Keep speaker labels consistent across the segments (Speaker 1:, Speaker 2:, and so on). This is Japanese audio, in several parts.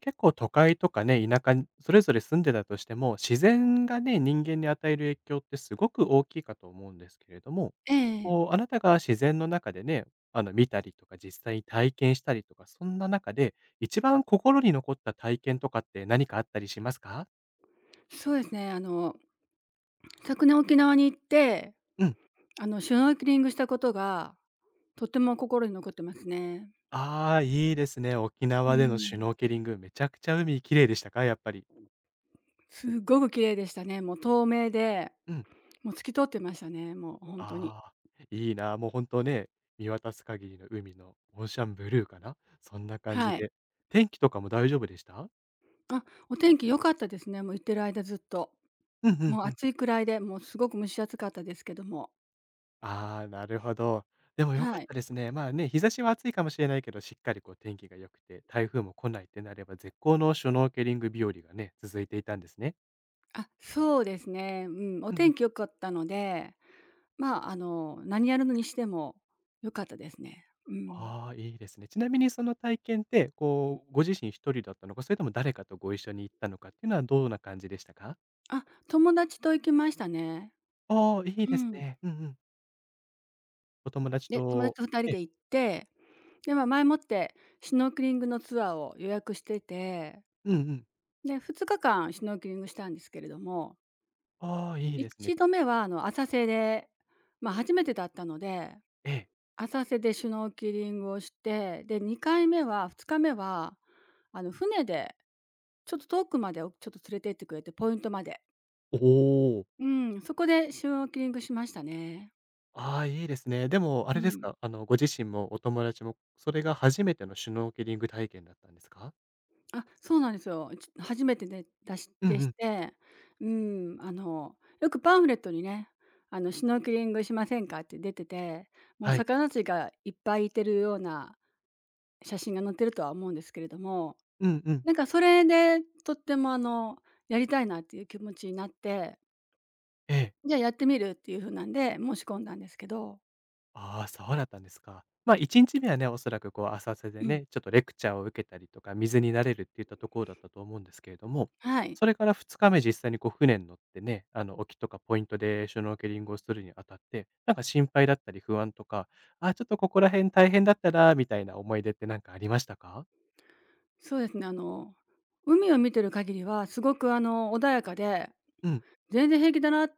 Speaker 1: 結構都会とかね、田舎にそれぞれ住んでたとしても、自然がね、人間に与える影響ってすごく大きいかと思うんですけれども、
Speaker 2: ええ。
Speaker 1: こう、あなたが自然の中でね、見たりとか実際に体験したりとか、そんな中で、一番心に残った体験とかって何かあったりしますか？
Speaker 2: そうですね、昨年沖縄に行って、
Speaker 1: うん。
Speaker 2: シュノーケリングしたことが、とても心に残ってますね。
Speaker 1: ああ、いいですね。沖
Speaker 2: う
Speaker 1: 縄でのシュ
Speaker 2: ん。
Speaker 1: ノーケリング、めちゃくちゃ海綺麗でしたか？やっぱり。
Speaker 2: すごく綺麗でしたね。もう透明で、
Speaker 1: うん。
Speaker 2: もう透き通ってましたね、もう本当に。
Speaker 1: ああ、いいな、もう本当ね、見渡す限りの海のオーシャンブルーかな、そんな感じ
Speaker 2: はい。
Speaker 1: で。天気とかも大丈夫でした？
Speaker 2: あ、お天気良かったですね、もう行ってる間ずっと。
Speaker 1: うんう
Speaker 2: も
Speaker 1: ん
Speaker 2: う
Speaker 1: うん。
Speaker 2: 暑いくらいで、もうすごく蒸し暑かったですけども。
Speaker 1: ああ、なるほど。でも良か
Speaker 2: は
Speaker 1: っ
Speaker 2: い。
Speaker 1: たですね。まあね、日差しは暑いかもしれないけど、しっかりこう天気が良くて、台風も来ないってなれば、絶好のシュノーケリング日和がね、続いていたんですね。
Speaker 2: あ、そうですね、うん、お
Speaker 1: うんう
Speaker 2: 天
Speaker 1: ん。
Speaker 2: 気良かったので、まあ、何やるのにしても良かったですね。うん。
Speaker 1: ああ、いいですね。ちなみにその体験って、こう、ご自身一人だったのか、それとも誰かとご一緒に行ったのかっていうのはどんな感じでしたか？
Speaker 2: あ、友達と行きましたね。
Speaker 1: ああー、いい
Speaker 2: う
Speaker 1: です
Speaker 2: ん。
Speaker 1: ね。うんうん。お友達
Speaker 2: で、友達
Speaker 1: と
Speaker 2: と2人
Speaker 1: ええ、
Speaker 2: で行って、で、ま、前もってシュノーケリングのツアーを予約してて、
Speaker 1: うんうん。
Speaker 2: で、2日間シュノーケリングしたんですけれども、
Speaker 1: ああ、いいですね。
Speaker 2: 1度目は、浅瀬で、ま、初めてだったので、
Speaker 1: ええ。
Speaker 2: 浅瀬でシュノーケリングをして、で、2回目は2日目は、船でちょっと遠くまでをちょっと連れて行ってくれて、ポイントまで。
Speaker 1: おお。
Speaker 2: うん、そこでシュノーケリングしましたね。
Speaker 1: ああ、いいですね。でもあ
Speaker 2: う
Speaker 1: れです
Speaker 2: ん。
Speaker 1: か、ご自身もお友達も、それが初めてのシュノーケリング体験だったんですか？
Speaker 2: あ、そうなんですよ。初めてで出し
Speaker 1: うんう
Speaker 2: でし
Speaker 1: ん。
Speaker 2: て、うん、よくパンフレットにね、シュノーケリングしませんかって出てて、もう
Speaker 1: はい。
Speaker 2: 魚たちがいっぱいいてるような写真が載ってるとは思うんですけれども、
Speaker 1: うんうん。
Speaker 2: なんかそれでとってもやりたいなっていう気持ちになって、
Speaker 1: ええ。
Speaker 2: じゃあやってみるっていう風なんで、申し込んだんですけど、
Speaker 1: ああ、そうだったんですか。まあ、1日目はね、おそらくこう浅瀬で
Speaker 2: うん、
Speaker 1: ね、ちょっとレクチャーを受けたりとか、水に慣れるっていったところだったと思うんですけれども、
Speaker 2: はい。
Speaker 1: それから2日目実際にこう船に乗ってね、沖とかポイントでシュノーケリングをするにあたって、なんか心配だったり不安とか、ああ、ちょっとここら辺大変だったなみたいな思い出ってなんかありましたか？
Speaker 2: そうですね、海を見てる限りはすごく穏やかで
Speaker 1: うん、
Speaker 2: 全然平気だな、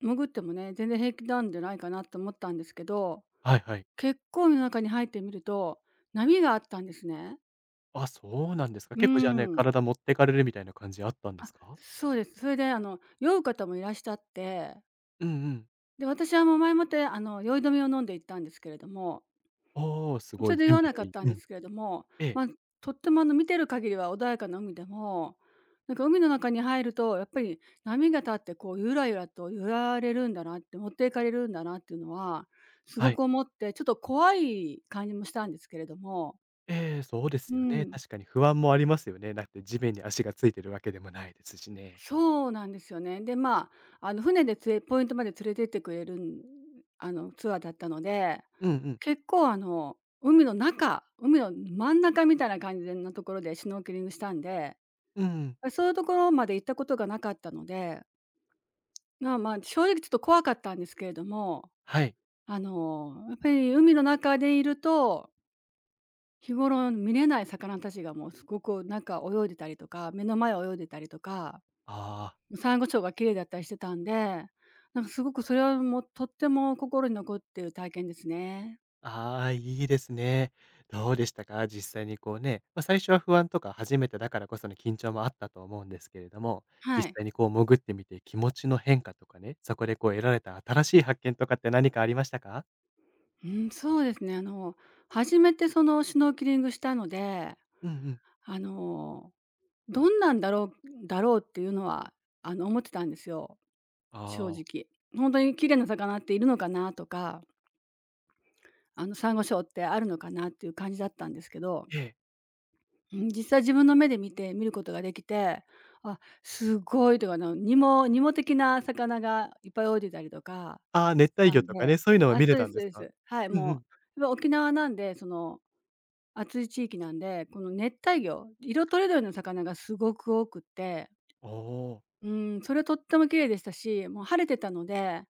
Speaker 2: 潜ってもね、全然平気なんじゃないかなと思ったんですけど、
Speaker 1: はいはい。
Speaker 2: 結構海の中に入ってみると、波があったんですね。
Speaker 1: あ、そうなんですか。
Speaker 2: うー
Speaker 1: 結構じゃあね、
Speaker 2: ん。
Speaker 1: 体持ってかれるみたいな感じあったんで
Speaker 2: あ、
Speaker 1: すか？
Speaker 2: そうです。それで酔う方もいらっしゃって、
Speaker 1: うんうん。
Speaker 2: で、私はもう前もって酔い止めを飲んで行ったんですけれども、
Speaker 1: おーす
Speaker 2: そ
Speaker 1: ご
Speaker 2: れ
Speaker 1: い
Speaker 2: で言
Speaker 1: 準
Speaker 2: わ
Speaker 1: 備
Speaker 2: なか
Speaker 1: が
Speaker 2: っ
Speaker 1: いい。
Speaker 2: たん
Speaker 1: う
Speaker 2: で
Speaker 1: ん。
Speaker 2: すけれども、
Speaker 1: ええ、
Speaker 2: まあ、とっても見てる限りは穏やかな海でも、なんか海の中に入るとやっぱり波が立ってこうゆらゆらと揺られるんだなって、持っていかれるんだなっていうのはす
Speaker 1: は
Speaker 2: ご
Speaker 1: い。
Speaker 2: く思って、ちょっと怖い感じもしたんですけれども。
Speaker 1: ええ、そうです
Speaker 2: う
Speaker 1: よね。
Speaker 2: ん。
Speaker 1: 確かに不安もありますよね。だって地面に足がついてるわけでもないですしね。
Speaker 2: そうなんですよね。で、まあ、船でポイントまで連れてってくれるあのツアーだったので、
Speaker 1: うんうん。
Speaker 2: 結構あの海の中、海の真ん中みたいな感じのところでシュノーケリングしたんで、
Speaker 1: うんうん。
Speaker 2: あ、そういうところまで行ったことがなかったので、まあまあ、正直ちょっと怖かったんですけれども、
Speaker 1: はい。
Speaker 2: やっぱり海の中でいると、日頃見れない魚たちがもうすごくなんか泳いでたりとか、目の前を泳いでたりとか、
Speaker 1: あ
Speaker 2: サンゴ礁が綺麗だったりしてたんで、なんかすごくそれはもうとっても心に残っている体験ですね。
Speaker 1: あ、ああ、いいですね。どうでしたか？実際にこうね、まあ、最初は不安とか初めてだからこその緊張もあったと思うんですけれども、実
Speaker 2: はい。
Speaker 1: 際にこう潜ってみて気持ちの変化とかね、そこでこう得られた新しい発見とかって何かありましたか？
Speaker 2: うん、そうですね。初めてそのシュノーケリングしたので、
Speaker 1: うんうん。
Speaker 2: あのどんなんだろうっていうのは、思ってたんですよ、正
Speaker 1: ああ、
Speaker 2: 直。本当に綺麗な魚っているのかなとか、サンゴ礁ってあるのかなっていう感じだったんですけど、
Speaker 1: ええ。
Speaker 2: うん、実際自分の目で見て見ることができて、あ、すごいとか、ニモニモ的な魚がいっぱい泳いでたりとか
Speaker 1: ああ、
Speaker 2: し
Speaker 1: 熱帯
Speaker 2: た
Speaker 1: 魚
Speaker 2: ん
Speaker 1: とか
Speaker 2: で、
Speaker 1: ね、そういうのは
Speaker 2: あ、
Speaker 1: 見れ
Speaker 2: そうで
Speaker 1: た
Speaker 2: す
Speaker 1: ん
Speaker 2: そ
Speaker 1: で
Speaker 2: う
Speaker 1: す
Speaker 2: で
Speaker 1: か？
Speaker 2: す。はい、
Speaker 1: うんう
Speaker 2: も
Speaker 1: ん。
Speaker 2: う、ま沖縄なんで、その、暑い地域なんで、この熱帯魚、色とりどりの魚がすごく多くって、
Speaker 1: おお。
Speaker 2: うん、それとっても綺麗でしたし、もう晴れてたので、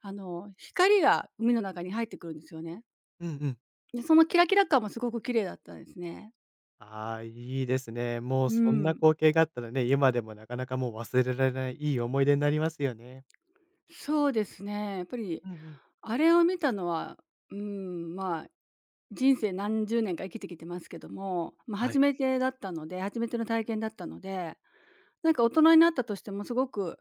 Speaker 2: 光が海の中に入ってくるんですよね。
Speaker 1: うんうん。
Speaker 2: で、そのキラキラ感もすごく綺麗だったんですね。
Speaker 1: ああ、いいですね。もう
Speaker 2: う
Speaker 1: そんな
Speaker 2: ん。
Speaker 1: 光景があったらね、今でもなかなかもう忘れられない、いい思い出になりますよね。
Speaker 2: そうですね。やっぱり、
Speaker 1: うんうん。
Speaker 2: あれを見たのは、うん、まあ、人生何十年か生きてきてますけども、まあ、
Speaker 1: はい、
Speaker 2: 初めての体験だったので、なんか大人になったとしてもすごく、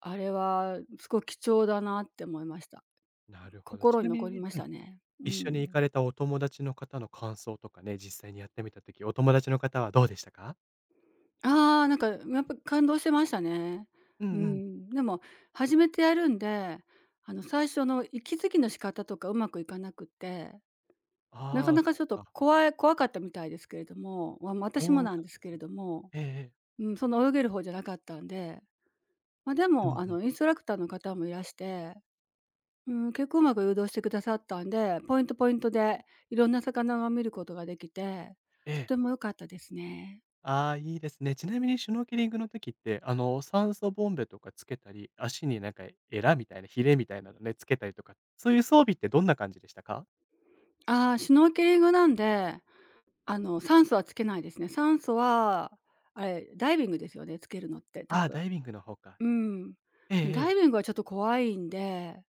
Speaker 2: あれはすごく貴重だなって思いました。
Speaker 1: なるほど。ち
Speaker 2: 心に
Speaker 1: なみ
Speaker 2: 残り
Speaker 1: に、
Speaker 2: まし
Speaker 1: うん、
Speaker 2: たね。う
Speaker 1: 一緒に行か
Speaker 2: ん。
Speaker 1: れたお友達の方の感想とかね、実際にやってみた時、お友達の方はどうでしたか？
Speaker 2: ああ、なんか、やっぱ感動してましたね。
Speaker 1: う
Speaker 2: う
Speaker 1: んうん。
Speaker 2: ん。でも初めてやるんで、最初の息づきの仕方とかうまくいかなくて、なか
Speaker 1: ああ、
Speaker 2: なか
Speaker 1: そっ
Speaker 2: ちょっと
Speaker 1: か。
Speaker 2: 怖い怖かったみたいですけれども、まあ私も
Speaker 1: そう
Speaker 2: なん
Speaker 1: な
Speaker 2: で
Speaker 1: ん
Speaker 2: す
Speaker 1: で
Speaker 2: け
Speaker 1: す
Speaker 2: れ
Speaker 1: ね。
Speaker 2: ども、
Speaker 1: ええええ
Speaker 2: うん、その泳げる方じゃなかったんで、ま、で
Speaker 1: う
Speaker 2: も、
Speaker 1: んうん。
Speaker 2: インストラクターの方もいらして、うん、結構うまく誘導してくださったんで、ポイントポイントでいろんな魚が見ることができて、
Speaker 1: ええ
Speaker 2: と
Speaker 1: え。
Speaker 2: ても良かったですね。
Speaker 1: ああ、いいですね。ちなみにシュノーケリングの時って、酸素ボンベとかつけたり、足になんかエラみたいな、ヒレみたいなのね、つけたりとか、そういう装備ってどんな感じでしたか？
Speaker 2: ああ、シュノーケリングなんで、酸素はつけないですね。酸素は、あれ、ダイビングですよね、つけるのって多
Speaker 1: ああ、
Speaker 2: 分。
Speaker 1: ダイビングの方か。
Speaker 2: うん。
Speaker 1: えええ
Speaker 2: ダ
Speaker 1: え。
Speaker 2: イビングはちょっと怖いんで、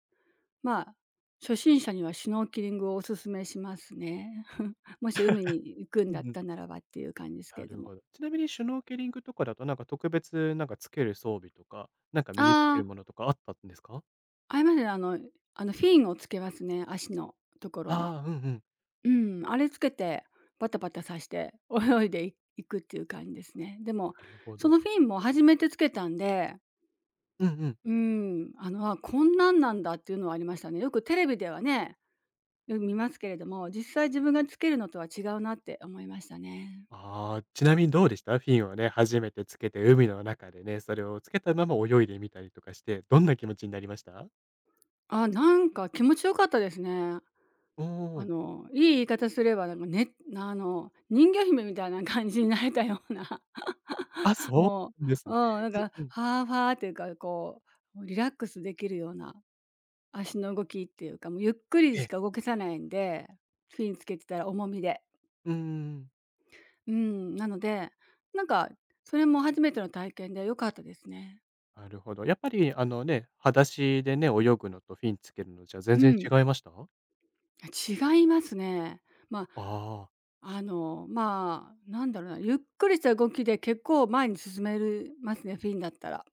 Speaker 2: まあ、初心者にはシュノーケリングをおすすめしますね。もし海に行くん
Speaker 1: うん
Speaker 2: だっ
Speaker 1: うん。
Speaker 2: たならばっていう感じですけ
Speaker 1: な
Speaker 2: れど
Speaker 1: る
Speaker 2: も。
Speaker 1: ほど。ちなみにシュノーケリングとかだと、なんか特別なんかつける装備とか、なんか身につけ
Speaker 2: ああ、
Speaker 1: るものとかあったんですか？
Speaker 2: ありますね。あのフィンをつけますね、足のところに。
Speaker 1: ああ、うんうん。
Speaker 2: うん、あれつけてバタバタさして泳いでいくっていう感じですね。でも、
Speaker 1: なるほ
Speaker 2: そ
Speaker 1: ど。
Speaker 2: のフィンも初めてつけたんで、
Speaker 1: うんうん。
Speaker 2: うん、あ、こんなんなんだっていうのはありましたね。よくテレビではね、よく見ますけれども、実際自分がつけるのとは違うなって思いましたね。
Speaker 1: ああ、ちなみにどうでした？フィンをね、初めてつけて海の中でね、それをつけたまま泳いでみたりとかして、どんな気持ちになりました？
Speaker 2: あ、なんか気持ちよかったですね。
Speaker 1: おお。
Speaker 2: 言い方すればなんかね、人魚姫みたいな感じになれたような
Speaker 1: あ、そう
Speaker 2: も
Speaker 1: です
Speaker 2: う、うん、
Speaker 1: ね。
Speaker 2: なんか、
Speaker 1: うん。
Speaker 2: ファーファーっていうか、こう、もうリラックスできるような足の動きっていうか、もうゆっくり
Speaker 1: え
Speaker 2: し
Speaker 1: え。
Speaker 2: か動けさないんで、フィンつけてたら重みで。
Speaker 1: ううん。
Speaker 2: うん、なので、なんか、それも初めての体験で良かったですね。
Speaker 1: なるほど。やっぱりあのね、裸足でね、泳ぐのとフィンつけるのじゃ全
Speaker 2: う
Speaker 1: 然違
Speaker 2: ん。
Speaker 1: いました？
Speaker 2: 違いますね。ま
Speaker 1: ああ。
Speaker 2: あ、まあ、なんだろうな、ゆっくりした動きで結構前に進めますね、フィンだったら。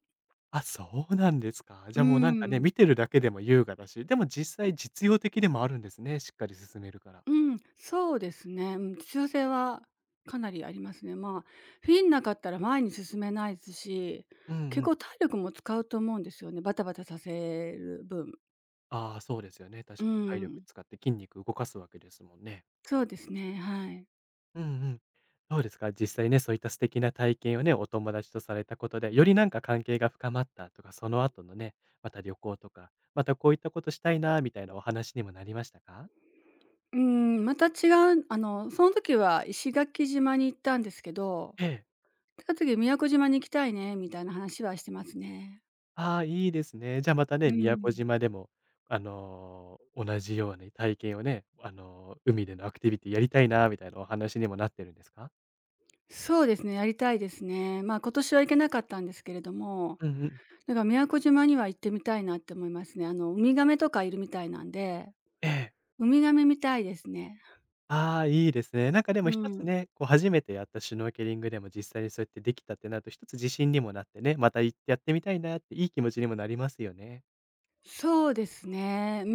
Speaker 1: あ、そうなんですか。
Speaker 2: う
Speaker 1: じゃあもうなんかね、
Speaker 2: ん。
Speaker 1: 見てるだけでも優雅だし、でも実際実用的でもあるんですね、しっかり進めるから。
Speaker 2: うん、そうですね。うん、必要性はかなりありますね。まあ、フィンなかったら前に進めないですし、
Speaker 1: うん
Speaker 2: 結
Speaker 1: うん。
Speaker 2: 構体力も使うと思うんですよね、バタバタさせる分。
Speaker 1: ああ、そうですよね。
Speaker 2: う
Speaker 1: 確かに体力
Speaker 2: ん。
Speaker 1: 使って筋肉動かすわけですもんね。
Speaker 2: そうですね、はい。
Speaker 1: うんうん。どうですか？実際ね、そういった素敵な体験をね、お友達とされたことで、よりなんか関係が深まったとか、その後のね、また旅行とか、またこういったことしたいなみたいなお話にもなりましたか？
Speaker 2: うーん、また違うその時は石垣島に行ったんですけど、
Speaker 1: ええ。
Speaker 2: 次宮古島に行きたいねみたいな話はしてますね。
Speaker 1: ああ、いいですね。じゃあ、また
Speaker 2: う
Speaker 1: ね、宮古
Speaker 2: ん。
Speaker 1: 島でも、同じように体験をね、海でのアクティビティやりたいなみたいなお話にもなってるんですか？
Speaker 2: そうですね、やりたいですね。まあ、今年は行けなかったんですけれども、
Speaker 1: うんうん。
Speaker 2: だから宮古島には行ってみたいなって思いますね。ウミガメとかいるみたいなんで、
Speaker 1: ええ。
Speaker 2: ウミガメ見たいですね。
Speaker 1: ああ、いいですね。なんかでも
Speaker 2: う
Speaker 1: 一つ
Speaker 2: ん。
Speaker 1: ね、こう初めてやったシュノーケリングでも実際にそうやってできたってなると、一つ自信にもなってね、また行ってやってみたいなっていい気持ちにもなりますよね。
Speaker 2: そうですね。うんう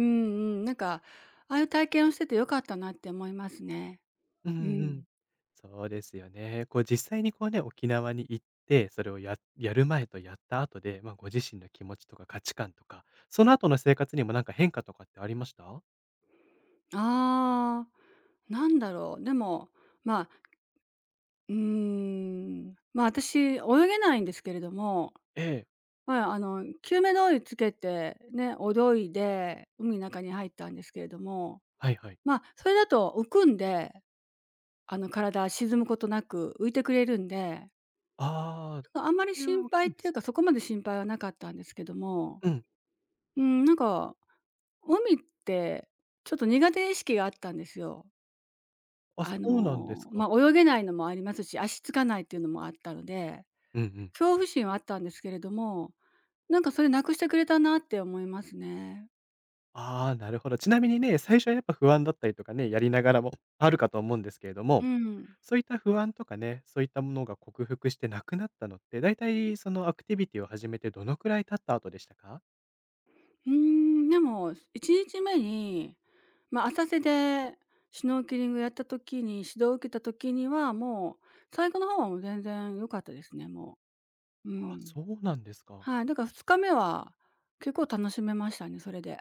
Speaker 2: ん。なんか、ああいう体験をしてて良かったなって思いますね。
Speaker 1: うん
Speaker 2: う
Speaker 1: うん
Speaker 2: ん。
Speaker 1: そうですよね。こう実際にこうね、沖縄に行って、それをややる前とやった後で、まあ、ご自身の気持ちとか価値観とか、その後の生活にもなんか変化とかってありました
Speaker 2: ああ。なんだろう、でも、まあ、うー私泳げないんですけれども、
Speaker 1: ええ。
Speaker 2: 救命胴衣つけてね、泳いで海の中に入ったんですけれども、
Speaker 1: はいはい。
Speaker 2: それだと浮くんで、体沈むことなく浮いてくれるんで、
Speaker 1: ああ、
Speaker 2: あんまり
Speaker 1: それは
Speaker 2: 心
Speaker 1: 大き
Speaker 2: 配っ
Speaker 1: いで
Speaker 2: ていう
Speaker 1: す
Speaker 2: か、
Speaker 1: ね。
Speaker 2: そこまで心配はなかったんですけども、
Speaker 1: うん。
Speaker 2: うん、なんか、海ってちょっと苦手意識があったんですよ。
Speaker 1: あ、そうなんですか。
Speaker 2: 泳げないのもありますし、足つかないっていうのもあったので
Speaker 1: うんうん。
Speaker 2: 恐怖心はあったんですけれども、なんかそれなくしてくれたなって思いますね。
Speaker 1: ああ、なるほど。ちなみにね、最初はやっぱ不安だったりとかね、やりながらもあるかと思うんですけれども、
Speaker 2: うん。
Speaker 1: そういった不安とかね、そういったものが克服してなくなったのって、大体そのアクティビティを始めてどのくらい経った後でしたか
Speaker 2: でも1日目に、浅瀬でシュノーケリングやった時に、指導を受けた時には、もう最後の方はもう全然良かったですね、もう。う
Speaker 1: あ、
Speaker 2: ん。
Speaker 1: そうなんですか。
Speaker 2: はい、だから2日目は結構楽しめましたね、それで。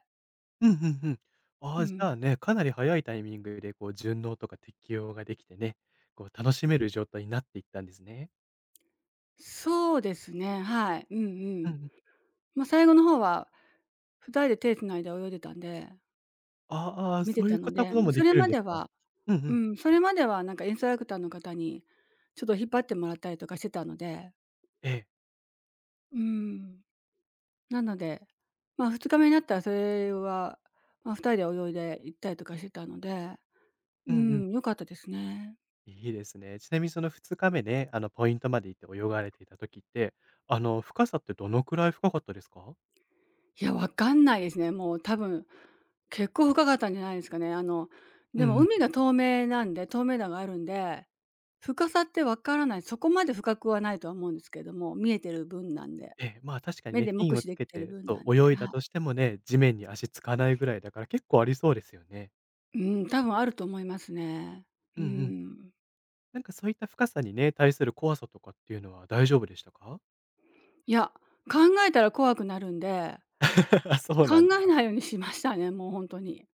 Speaker 1: うんうんうん。あ
Speaker 2: う
Speaker 1: あ、じゃ
Speaker 2: ん。
Speaker 1: あね、かなり早いタイミングでこう順応とか適応ができてね、こう楽しめる状態になっていったんですね。
Speaker 2: そうですね、はい。うんう
Speaker 1: うんう
Speaker 2: ん。
Speaker 1: ん。
Speaker 2: 最後の方は二人で手繋いで泳いでたんで、
Speaker 1: ああ、
Speaker 2: 見て
Speaker 1: そうい
Speaker 2: た
Speaker 1: うこ
Speaker 2: の
Speaker 1: と
Speaker 2: で、
Speaker 1: こと
Speaker 2: で、
Speaker 1: も
Speaker 2: そ
Speaker 1: で
Speaker 2: れ
Speaker 1: きるん
Speaker 2: ま
Speaker 1: で
Speaker 2: で
Speaker 1: すか？
Speaker 2: は
Speaker 1: うんう
Speaker 2: う
Speaker 1: ん。
Speaker 2: ん、それまではなんかインストラクターの方に、ちょっと引っ張ってもらったりとかしてたので、
Speaker 1: ええ。
Speaker 2: うん。なので、2日目になったらそれは、2人で泳いで行ったりとかしてたので、う
Speaker 1: うんうん。
Speaker 2: ん、良かったですね。
Speaker 1: いいですね。ちなみにその2日目ね、あのポイントまで行って泳がれていた時って、あの深さってどのくらい深かったですか？
Speaker 2: いや、わかんないですね。もう多分、結構深かったんじゃないですかね。
Speaker 1: う
Speaker 2: で
Speaker 1: ん
Speaker 2: も
Speaker 1: うん。
Speaker 2: 海が透明なんで、透明度があるんで、深さってわからない、そこまで深くはないとは思うんですけれども、見えてる分なんで、
Speaker 1: ええ、まあ、確かに
Speaker 2: 目
Speaker 1: ね、
Speaker 2: で
Speaker 1: フィ
Speaker 2: 目
Speaker 1: ンを
Speaker 2: 視
Speaker 1: つ
Speaker 2: でき
Speaker 1: け
Speaker 2: てる
Speaker 1: て
Speaker 2: 分
Speaker 1: そ
Speaker 2: なん
Speaker 1: う、
Speaker 2: で、
Speaker 1: 泳いだ
Speaker 2: はい。
Speaker 1: としてもね、地面に足つかないぐらいだから結構ありそうですよね。
Speaker 2: うん、多分あると思いますね。う
Speaker 1: うんうん。
Speaker 2: ん。
Speaker 1: なんかそういった深さにね、対する怖さとかっていうのは大丈夫でしたか？
Speaker 2: いや、考えたら怖くなるんで、
Speaker 1: あ、そう
Speaker 2: 考
Speaker 1: なん
Speaker 2: え
Speaker 1: だ。
Speaker 2: ないようにしましたね、もう本当に。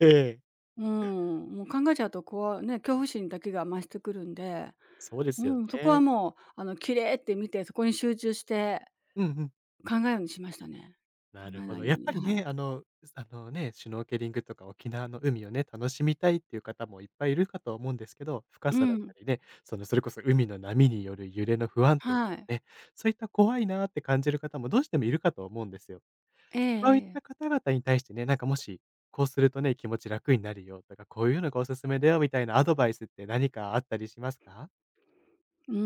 Speaker 1: ええ、
Speaker 2: うん、もう考えちゃうと怖いね、恐怖心だけが増してくるんで、
Speaker 1: そうで
Speaker 2: う
Speaker 1: すよ
Speaker 2: ん、そこは
Speaker 1: ね。
Speaker 2: もう綺麗って見て、そこに集中して
Speaker 1: うんうん。
Speaker 2: 考えるようにしましたね。
Speaker 1: な
Speaker 2: 考
Speaker 1: る
Speaker 2: え
Speaker 1: ほ
Speaker 2: ない
Speaker 1: ど。
Speaker 2: よう
Speaker 1: やっ
Speaker 2: に、
Speaker 1: ぱり
Speaker 2: はい。
Speaker 1: ね、あのね、シュノーケリングとか沖縄の海をね、楽しみたいっていう方もいっぱいいるかとは思うんですけど、深
Speaker 2: う
Speaker 1: さだっ
Speaker 2: ん、
Speaker 1: たりね、それこそ海の波による揺れの不安定と
Speaker 2: は
Speaker 1: か
Speaker 2: い。
Speaker 1: ね、そういった怖いなーって感じる方もどうしてもいるかと思うんですよ。
Speaker 2: ええ
Speaker 1: そういっ
Speaker 2: え
Speaker 1: た
Speaker 2: え。
Speaker 1: 方々に対してね、なんかもし、こうするとね、気持ち楽になるよとか、こういうのがおすすめだよみたいなアドバイスって何かあったりしますか？
Speaker 2: うー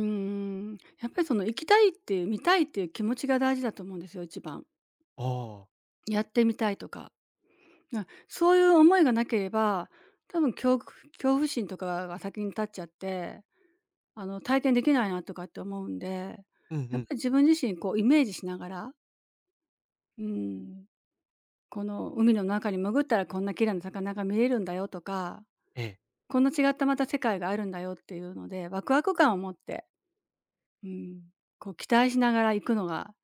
Speaker 2: やっぱりその行きたいっていう、見たいっていう気持ちが大事だと思うんですよ、一番。
Speaker 1: おー、
Speaker 2: やってみたいとか。あ、そういう思いがなければ、多分恐怖心とかが先に立っちゃって、体験できないなとかって思うんで、
Speaker 1: うんう
Speaker 2: やっぱ
Speaker 1: ん。
Speaker 2: り自分自身こうイメージしながら、うん、この海の中に潜ったらこんな綺麗な魚が見れるんだよとか、
Speaker 1: ええ。
Speaker 2: こんな違ったまた世界があるんだよっていうので、ワクワク感を持って、うん、こう期待しながら行くのが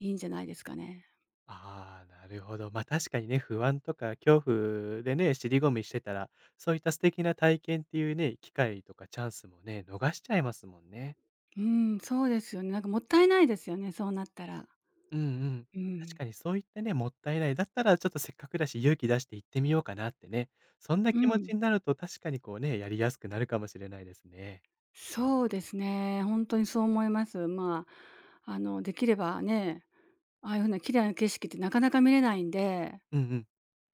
Speaker 2: いいんじゃないですかね。
Speaker 1: ああ、なるほど。ま、あ確かにね、不安とか恐怖でね、尻込みしてたら、そういった素敵な体験っていうね、機会とかチャンスもね、逃しちゃいますもんね。
Speaker 2: うん、そうですよね。なんかもったいないですよね、そうなったら。
Speaker 1: うんうん。
Speaker 2: う
Speaker 1: 確
Speaker 2: ん。
Speaker 1: かにそういったね、もったいない、だったらちょっとせっかくだし、勇気出して行ってみようかなってね、そんな
Speaker 2: う
Speaker 1: 気持ち
Speaker 2: ん。
Speaker 1: になると確かにこうね、やりやすくなるかもしれないですね。
Speaker 2: そうですね、本当にそう思います。できればね、ああいう風な綺麗な景色ってなかなか見れないんで、
Speaker 1: うんうん。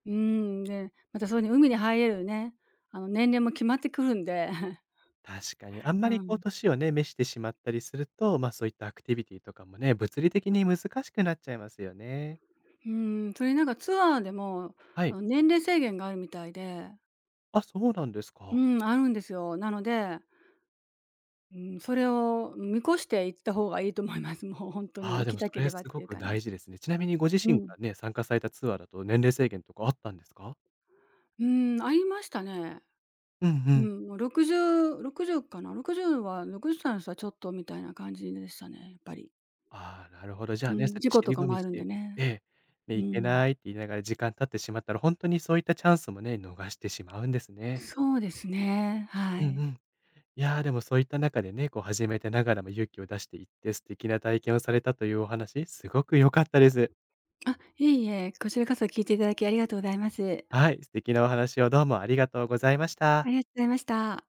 Speaker 2: うん、で、またそういうふうに海に入れるね、年齢も決まってくるんで、
Speaker 1: 確かに。あん
Speaker 2: う
Speaker 1: まりこう
Speaker 2: ん。
Speaker 1: 年をね、召してしまったりすると、ま、そういったアクティビティとかもね、物理的に難しくなっちゃいますよね。
Speaker 2: うん、それになんかツアーでも、
Speaker 1: はい。
Speaker 2: 年齢制限があるみたいで、
Speaker 1: あ、そうなんです
Speaker 2: う
Speaker 1: か。
Speaker 2: ん、あるんですよ。なので、うん、それを見越して行った方がいいと思います。もう本当
Speaker 1: あ
Speaker 2: に
Speaker 1: あ、
Speaker 2: 行
Speaker 1: で
Speaker 2: き
Speaker 1: も
Speaker 2: た
Speaker 1: そ
Speaker 2: け
Speaker 1: れ
Speaker 2: れば
Speaker 1: す
Speaker 2: って
Speaker 1: ご
Speaker 2: いう
Speaker 1: く
Speaker 2: 感じで
Speaker 1: 大
Speaker 2: す。
Speaker 1: 事ですね。ちなみにご自
Speaker 2: う
Speaker 1: 身
Speaker 2: ん。
Speaker 1: がね、参加されたツアーだと年齢制限とかあったんですか？
Speaker 2: うん、ありましたね。
Speaker 1: うんう
Speaker 2: う
Speaker 1: ん。
Speaker 2: ん、もう60、60かな、60は60歳の人はちょっとみたいな感じでしたね、やっぱり。
Speaker 1: ああ、なるほど。じゃあ
Speaker 2: う
Speaker 1: ね、そ
Speaker 2: ん、
Speaker 1: うやっ
Speaker 2: 事
Speaker 1: て
Speaker 2: 故と
Speaker 1: 尻
Speaker 2: か
Speaker 1: 込
Speaker 2: も
Speaker 1: み
Speaker 2: あ
Speaker 1: し
Speaker 2: るんで
Speaker 1: てえ
Speaker 2: ね。
Speaker 1: え。ね
Speaker 2: う
Speaker 1: 行け
Speaker 2: ん。
Speaker 1: ないって言いながら時間経ってしまったら、本当にそういったチャンスもね、逃してしまうんですね。
Speaker 2: そうですね、は
Speaker 1: うんう
Speaker 2: い。
Speaker 1: ん。いやー、でもそういった中でね、こう始めてながらも勇気を出していって、素敵な体験をされたというお話、すごく良かったです。
Speaker 2: あ、いえいえ、こちらこそ聞いていただきありがとうございます。
Speaker 1: はい、素敵なお話をどうもありがとうございまし
Speaker 2: あ
Speaker 1: た。
Speaker 2: りがとうございました。